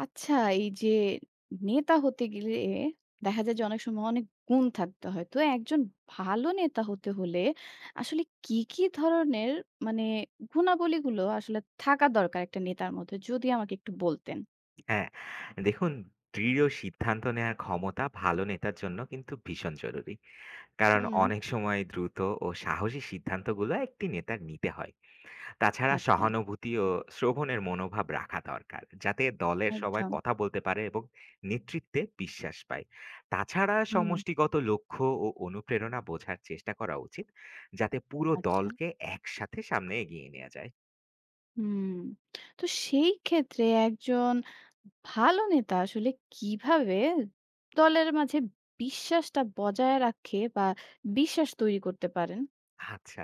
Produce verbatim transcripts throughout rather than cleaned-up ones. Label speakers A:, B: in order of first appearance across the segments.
A: আচ্ছা, এই যে নেতা হতে গেলে দেখা যায় যে অনেক সময় অনেক গুণ থাকতে হয়, তো একজন ভালো নেতা হতে হলে আসলে কি কি ধরনের মানে গুণাবলীগুলো আসলে থাকা দরকার একটা নেতার মধ্যে, যদি আমাকে একটু বলতেন।
B: হ্যাঁ, দেখুন দৃঢ় সিদ্ধান্ত নেওয়ার ক্ষমতা ভালো নেতার জন্য কিন্তু ভীষণ জরুরি। কারণ
A: হুম।
B: অনেক সময় দ্রুত ও সাহসী সিদ্ধান্তগুলো একটি নেতার নিতে হয়। তাছাড়া
A: আচ্ছা।
B: সহানুভূতি ও শ্রবণের মনোভাব রাখা দরকার, যাতে দলের সবাই
A: একদম।
B: কথা বলতে পারে এবং নেতৃত্বে বিশ্বাস পায়। তাছাড়া
A: হুম।
B: সমষ্টিগত লক্ষ্য ও অনুপ্রেরণা বোঝার চেষ্টা করা উচিত, যাতে পুরো
A: আচ্ছা।
B: দলকে একসাথে সামনে এগিয়ে নেয়া যায়।
A: হুম। তো সেই ক্ষেত্রে একজন ভালো নেতা আসলে কিভাবে দলের মাঝে বিশ্বাসটা বজায় রাখে বা বিশ্বাস তৈরি করতে পারেন?
B: আচ্ছা।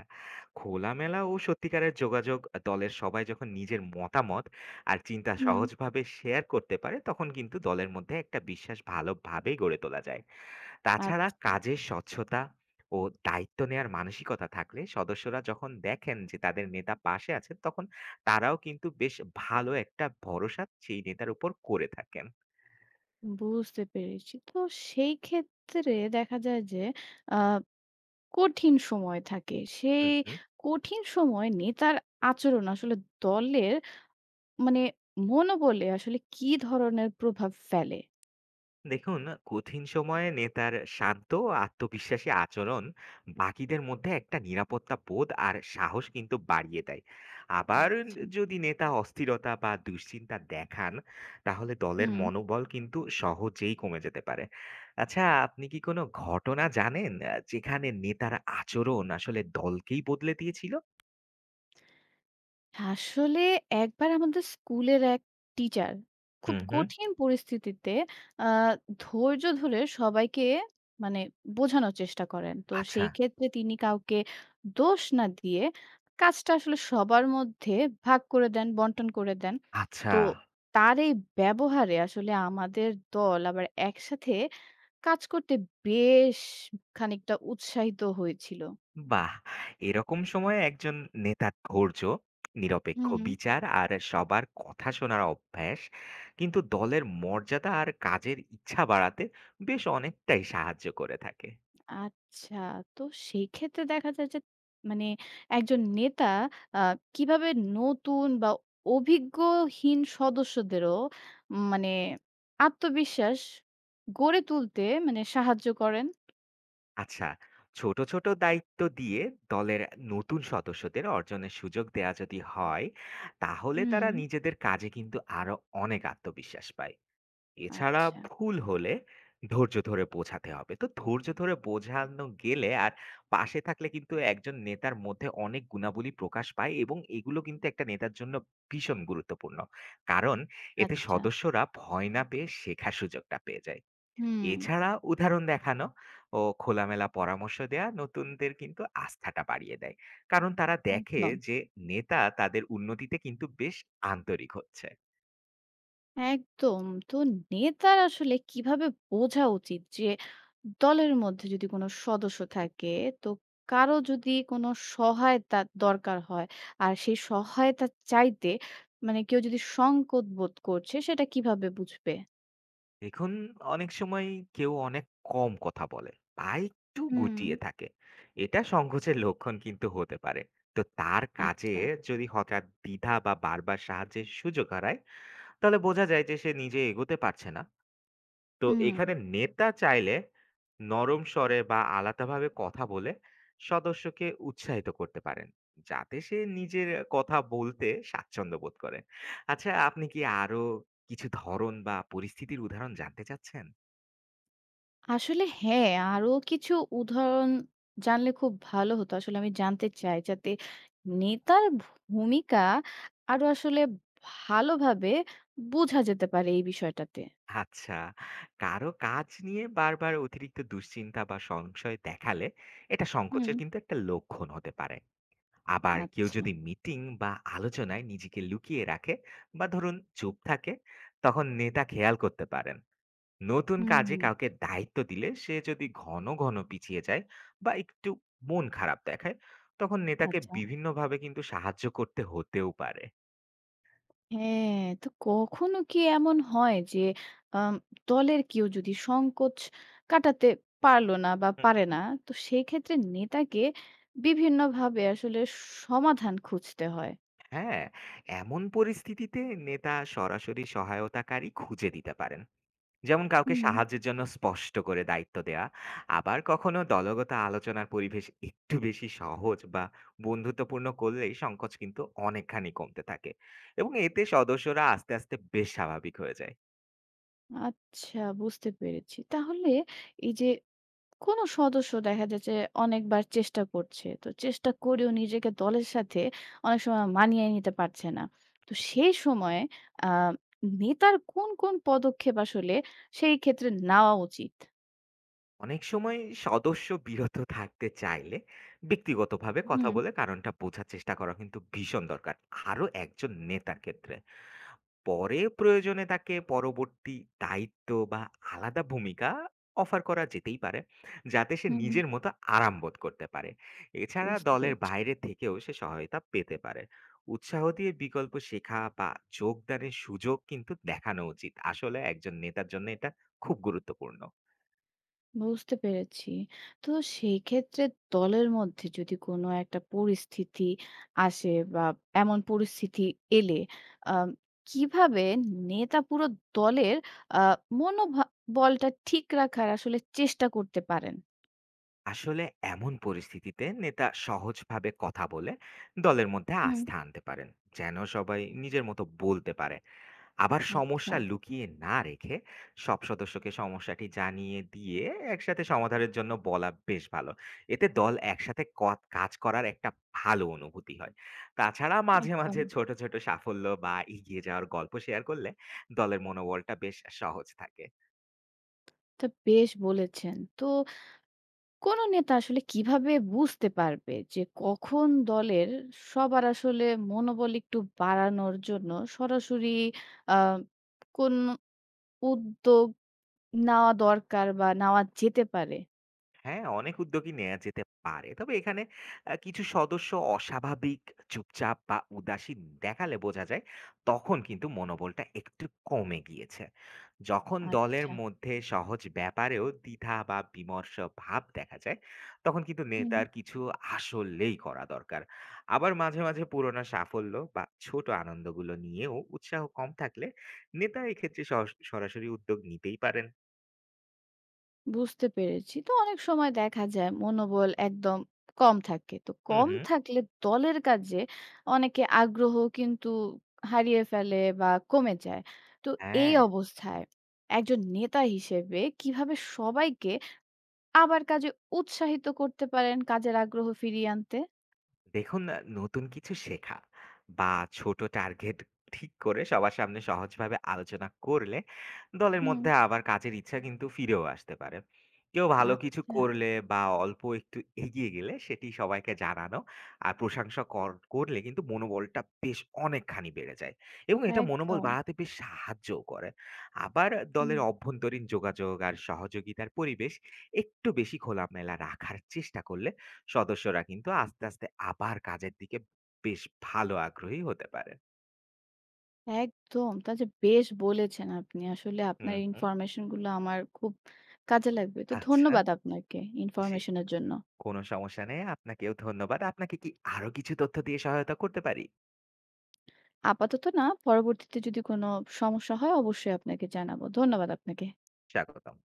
B: খোলামেলা ও সত্যিকারের যোগাযোগ দলের সবাই যখন নিজের মতামত আর চিন্তা সহজভাবে শেয়ার করতে পারে, তখন কিন্তু দলের মধ্যে একটা বিশ্বাস ভালোভাবেই গড়ে তোলা যায়। তাছাড়া
A: আচ্ছা,
B: কাজের স্বচ্ছতা ও দায়িত্ব নেয়ার মানসিকতা থাকলে সদস্যরা যখন দেখেন যে তাদের নেতা পাশে আছেন, তখন তারাও কিন্তু বেশ ভালো একটা ভরসা সেই নেতার উপর করে থাকেন।
A: বুঝতে পেরেছি। তো সেই ক্ষেত্রে দেখা যায় যে আ কঠিন সময় থাকে।
B: হু,
A: সেই
B: হু।
A: কঠিন সময় নেতার আচরণ আসলে দলের মানে মনোবলে আসলে কি ধরনের প্রভাব ফেলে?
B: দেখুন, কঠিন সময়ে নেতার শান্ত ও আত্মবিশ্বাসী আচরণ বাকিদের মধ্যে একটা নিরাপত্তা বোধ আর সাহস কিন্তু বাড়িয়ে দেয়। আবার
A: আচ্ছা।
B: যদি নেতা অস্থিরতা বা দুশ্চিন্তা দেখান, তাহলে দলের
A: হুম।
B: মনোবল কিন্তু সহজেই কমে যেতে পারে। আচ্ছা, আপনি কি কোনো ঘটনা জানেন আ যেখানে নেতার আচরণ আসলে দলকেই বদলে দিয়েছিল?
A: আসলে একবার আমাদের স্কুলের এক টিচার খুব
B: হুম, হুম।
A: কঠিন পরিস্থিতিতে আহ, ধৈর্য ধরে সবাইকে মানে বোঝানোর চেষ্টা করেন, তো
B: আচ্ছা,
A: সেই ক্ষেত্রে তিনি কাউকে দোষ না দিয়ে কাজটা আসলে সবার মধ্যে ভাগ করে দেন, বন্টন করে দেন। তো
B: আচ্ছা।
A: তার এই ব্যবহারে আসলে আমাদের দল আবার একসাথে কাজ করতে বেশ খানিকটা উৎসাহিত হয়েছিল।
B: বাহ! এরকম সময়ে একজন নেতার ধৈর্য, নিরপেক্ষ
A: হুম।
B: বিচার আর সবার কথা শোনার অভ্যাস কিন্তু দলের মর্যাদা আর কাজের ইচ্ছা বাড়াতে বেশ অনেকটাই সাহায্য করে থাকে।
A: আচ্ছা, তো সেই ক্ষেত্রে দেখা যায় যে মানে একজন নেতা আ কিভাবে নতুন বা অভিজ্ঞহীন সদস্যদেরও উম, মানে আত্মবিশ্বাস গড়ে তুলতে মানে সাহায্য করেন?
B: আচ্ছা, ছোট, ছোট দায়িত্ব দিয়ে দলের নতুন সদস্যদের অর্জনের সুযোগ দেয়া যদি হয়, তাহলে
A: হুম।
B: তারা নিজেদের কাজে কিন্তু আরো অনেক আত্মবিশ্বাস পায়। এছাড়া
A: আচ্ছা,
B: ভুল হলে ধৈর্য ধরে বোঝাতে হবে। তো ধৈর্য ধরে বোঝানো গেলে আর পাশে থাকলে কিন্তু একজন নেতার মধ্যে অনেক গুণাবলী প্রকাশ পায় এবং এগুলো কিন্তু একটা নেতার জন্য ভীষণ গুরুত্বপূর্ণ। কারণ এতে
A: আচ্ছা।
B: সদস্যরা ভয় না পেয়ে শেখার সুযোগটা পেয়ে যায়।
A: হুম,
B: এছাড়া উদাহরণ দেখানো ও খোলামেলা পরামর্শ দেয়া নতুনদের কিন্তু আস্থাটা বাড়িয়ে দেয়। কারণ তারা দেখে
A: একদম।
B: যে নেতা তাদের উন্নতিতে কিন্তু বেশ আন্তরিক হচ্ছে।
A: একদম। তো নেতার আসলে কিভাবে বোঝা উচিত যে দলের মধ্যে যদি কোনো সদস্য থাকে, তো কারো যদি কোনো সহায়তা দরকার হয় আর সেই সহায়তা চাইতে মানে কেউ যদি সংকোচ বোধ করছে, সেটা কিভাবে বুঝবে?
B: দেখুন অনেক সময় কেউ অনেক কম কথা বলে বা একটু
A: হুম।
B: গুটিয়ে থাকে। এটা সংকোচের লক্ষণ কিন্তু হতে পারে। তো তার কাজে
A: আচ্ছা।
B: যদি হঠাৎ দ্বিধা বা বারবার সাহায্যের সুযোগ হারায় তাহলে বোঝা যায় যে সে নিজে এগোতে পারছে না। তো
A: হুম।
B: এখানে নেতা চাইলে নরম স্বরে বা আলাদাভাবে কথা বলে সদস্যকে উৎসাহিত করতে পারেন, যাতে সে নিজের কথা বলতে স্বাচ্ছন্দ্য বোধ করে। আচ্ছা, আপনি কি আরো কিছু ধরন বা পরিস্থিতির উদাহরণ জানতে চাচ্ছেন?
A: আসলে হ্যাঁ, আরো কিছু উদাহরণ জানলে খুব ভালো হতো। আসলে আমি জানতে চাই, যাতে নেতার ভূমিকা আরো আসলে ভালোভাবে বোঝা যেতে পারে এই বিষয়টাতে।
B: আচ্ছা। কারো কাজ নিয়ে বারবার অতিরিক্ত দুশ্চিন্তা বা সংশয় দেখালে এটা সংকোচের
A: হুম।
B: কিন্তু একটা লক্ষণ হতে পারে। আবার কেউ
A: আচ্ছা।
B: যদি মিটিং বা আলোচনায় নিজেকে লুকিয়ে রাখে বা ধরুন চুপ থাকে, তখন নেতা খেয়াল করতে পারেন। নতুন
A: হুম।
B: কাজে
A: হুম,
B: কাউকে দায়িত্ব দিলে সে যদি ঘন, ঘন পিছিয়ে যায় বা একটু মন খারাপ দেখায়, তখন নেতাকে
A: আচ্ছা।
B: বিভিন্নভাবে কিন্তু সাহায্য করতে হতেও পারে।
A: হ্যাঁ, তো কখনো কি এমন হয় যে আম দলের কেউ যদি সংকোচ কাটাতে পারলো না বা পারে না,
B: হুম।
A: তো সেক্ষেত্রে নেতাকে বিভিন্নভাবে আসলে সমাধান খুঁজতে হয়?
B: হ্যাঁ, এমন পরিস্থিতিতে নেতা সরাসরি সহায়তাকারী খুঁজে দিতে পারেন। যেমন কাউকে
A: হুম।
B: সাহায্যের জন্য স্পষ্ট করে দায়িত্ব দেয়া। আবার কখনো দলগত আলোচনার পরিবেশ একটু বেশি সহজ বা বন্ধুত্বপূর্ণ করলেই সংকোচ কিন্তু অনেকখানি কমতে থাকে। এবং এতে সদস্যরা আস্তে, আস্তে বেশ স্বাভাবিক হয়ে যায়।
A: আচ্ছা, বুঝতে পেরেছি। তাহলে এই যে কোনো সদস্য দেখা যাচ্ছে অনেকবার চেষ্টা করছে। তো চেষ্টা করেও নিজেকে দলের সাথে অনেক সময় মানিয়ে নিতে পারছে না। তো সেই সময়ে আ নেতার কোন, কোন পদক্ষেপ আসলে সেই ক্ষেত্রে নেওয়া উচিত?
B: অনেক সময় সদস্য বিরত থাকতে চাইলে ব্যক্তিগতভাবে কথা
A: হুম,
B: বলে কারণটা বোঝার চেষ্টা করা কিন্তু ভীষণ দরকার। আরো একজন নেতার ক্ষেত্রে পরে প্রয়োজনে তাকে পরবর্তী দায়িত্ব বা আলাদা ভূমিকা অফার করা যেতেই পারে, যাতে সে
A: হুম।
B: নিজের মতো আরাম বোধ করতে পারে। এছাড়া
A: বুঝতে
B: দলের
A: পেরেছি।
B: বাইরে থেকেও সে সহায়তা পেতে পারে। উৎসাহ দিয়ে বিকল্প শেখা বা যোগদানের সুযোগ কিন্তু দেখানো উচিত। আসলে একজন নেতার জন্য এটা খুব গুরুত্বপূর্ণ।
A: বুঝতে পেরেছি। তো সেই ক্ষেত্রে দলের মধ্যে যদি কোনো একটা পরিস্থিতি আসে বা এমন পরিস্থিতি এলে আ কিভাবে নেতা পুরো দলের আ মনোভা বলটা ঠিক রাখার আসলে চেষ্টা করতে পারেন?
B: আসলে এমন পরিস্থিতিতে নেতা সহজভাবে কথা বলে দলের মধ্যে
A: হুম।
B: আস্থা আনতে পারেন, যেন সবাই নিজের মতো বলতে পারে। আবার
A: আচ্ছা,
B: সমস্যা লুকিয়ে না রেখে সব সদস্যকে সমস্যাটি জানিয়ে দিয়ে একসাথে সমাধানের জন্য বলা বেশ ভালো। এতে দল একসাথে ক- কাজ করার একটা ভালো অনুভূতি হয়। তাছাড়া মাঝে
A: একদম।
B: মাঝে ছোট ছোট সাফল্য বা এগিয়ে যাওয়ার গল্প শেয়ার করলে দলের মনোবলটা বেশ সহজ থাকে।
A: তো বেশ বলেছেন। তো কোন নেতা আসলে কিভাবে বুঝতে পারবে যে কখন দলের সবার আসলে মনোবল একটু বাড়ানোর জন্য সরাসরি আ কোন উদ্যোগ নেওয়া দরকার বা নেওয়া যেতে পারে?
B: হ্যাঁ, অনেক উদ্যোগই নেয়া যেতে পারে। তবে এখানে আ কিছু সদস্য অস্বাভাবিক চুপচাপ বা উদাসীন দেখালে বোঝা যায়, তখন কিন্তু মনোবলটা একটু কমে গিয়েছে। যখন দলের
A: আচ্ছা।
B: মধ্যে সহজ ব্যাপারেও দ্বিধা বা বিমর্ষ ভাব দেখা যায়, তখন কিন্তু
A: হুম।
B: নেতার কিছু আসলেই করা দরকার। আবার মাঝে, মাঝে পুরোনো সাফল্য বা ছোট আনন্দগুলো নিয়েও উৎসাহ কম থাকলে নেতা এক্ষেত্রে সস সরাসরি উদ্যোগ নিতেই পারেন।
A: বুঝতে পেরেছি। তো অনেক সময় দেখা যায় মনোবল একদম কম থাকে। তো
B: হুম,
A: কম
B: হুম।
A: থাকলে দলের কাজে অনেকে আগ্রহ কিন্তু হারিয়ে ফেলে বা কমে যায়। তো এই
B: হ্যাঁ।
A: অবস্থায় একজন নেতা হিসেবে কিভাবে সবাইকে আবার কাজে উৎসাহিত করতে পারেন, কাজের আগ্রহ ফিরিয়ে আনতে?
B: দেখুন আ নতুন কিছু শেখা বা ছোট টার্গেট ঠিক করে সবার সামনে সহজভাবে আলোচনা করলে দলের
A: হুম।
B: মধ্যে আবার কাজের ইচ্ছা কিন্তু ফিরেও আসতে পারে। কেউ ভালো কিছু
A: আচ্ছা,
B: করলে বা অল্প একটু এগিয়ে গেলে সেটি সবাইকে জানানো আর প্রশংসা কর করলে কিন্তু মনোবলটা বেশ অনেকখানি বেড়ে যায় এবং এটা মনোবল
A: একদম।
B: বাড়াতে বেশ সাহায্যও করে। আবার
A: হুম।
B: দলের অভ্যন্তরীণ যোগাযোগ আর সহযোগিতার পরিবেশ একটু বেশি খোলামেলা রাখার চেষ্টা করলে সদস্যরা কিন্তু আস্তে, আস্তে আবার কাজের দিকে বেশ ভালো আগ্রহী হতে পারে।
A: একদম। তা যে বেশ বলেছেন আপনি। আসলে
B: হুম,
A: আপনার
B: হুম।
A: ইনফরমেশন গুলো আমার খুব কাজে লাগবে। তো
B: আচ্ছা,
A: ধন্যবাদ আপনাকে
B: জি।
A: ইনফরমেশন এর জন্য।
B: কোনো সমস্যা নেই। আপনাকেও ধন্যবাদ। আপনাকে কি আরো কিছু তথ্য দিয়ে সহায়তা করতে পারি?
A: আপাতত না, পরবর্তীতে যদি কোনো সমস্যা হয় অবশ্যই আপনাকে জানাবো। ধন্যবাদ আপনাকে।
B: স্বাগতম।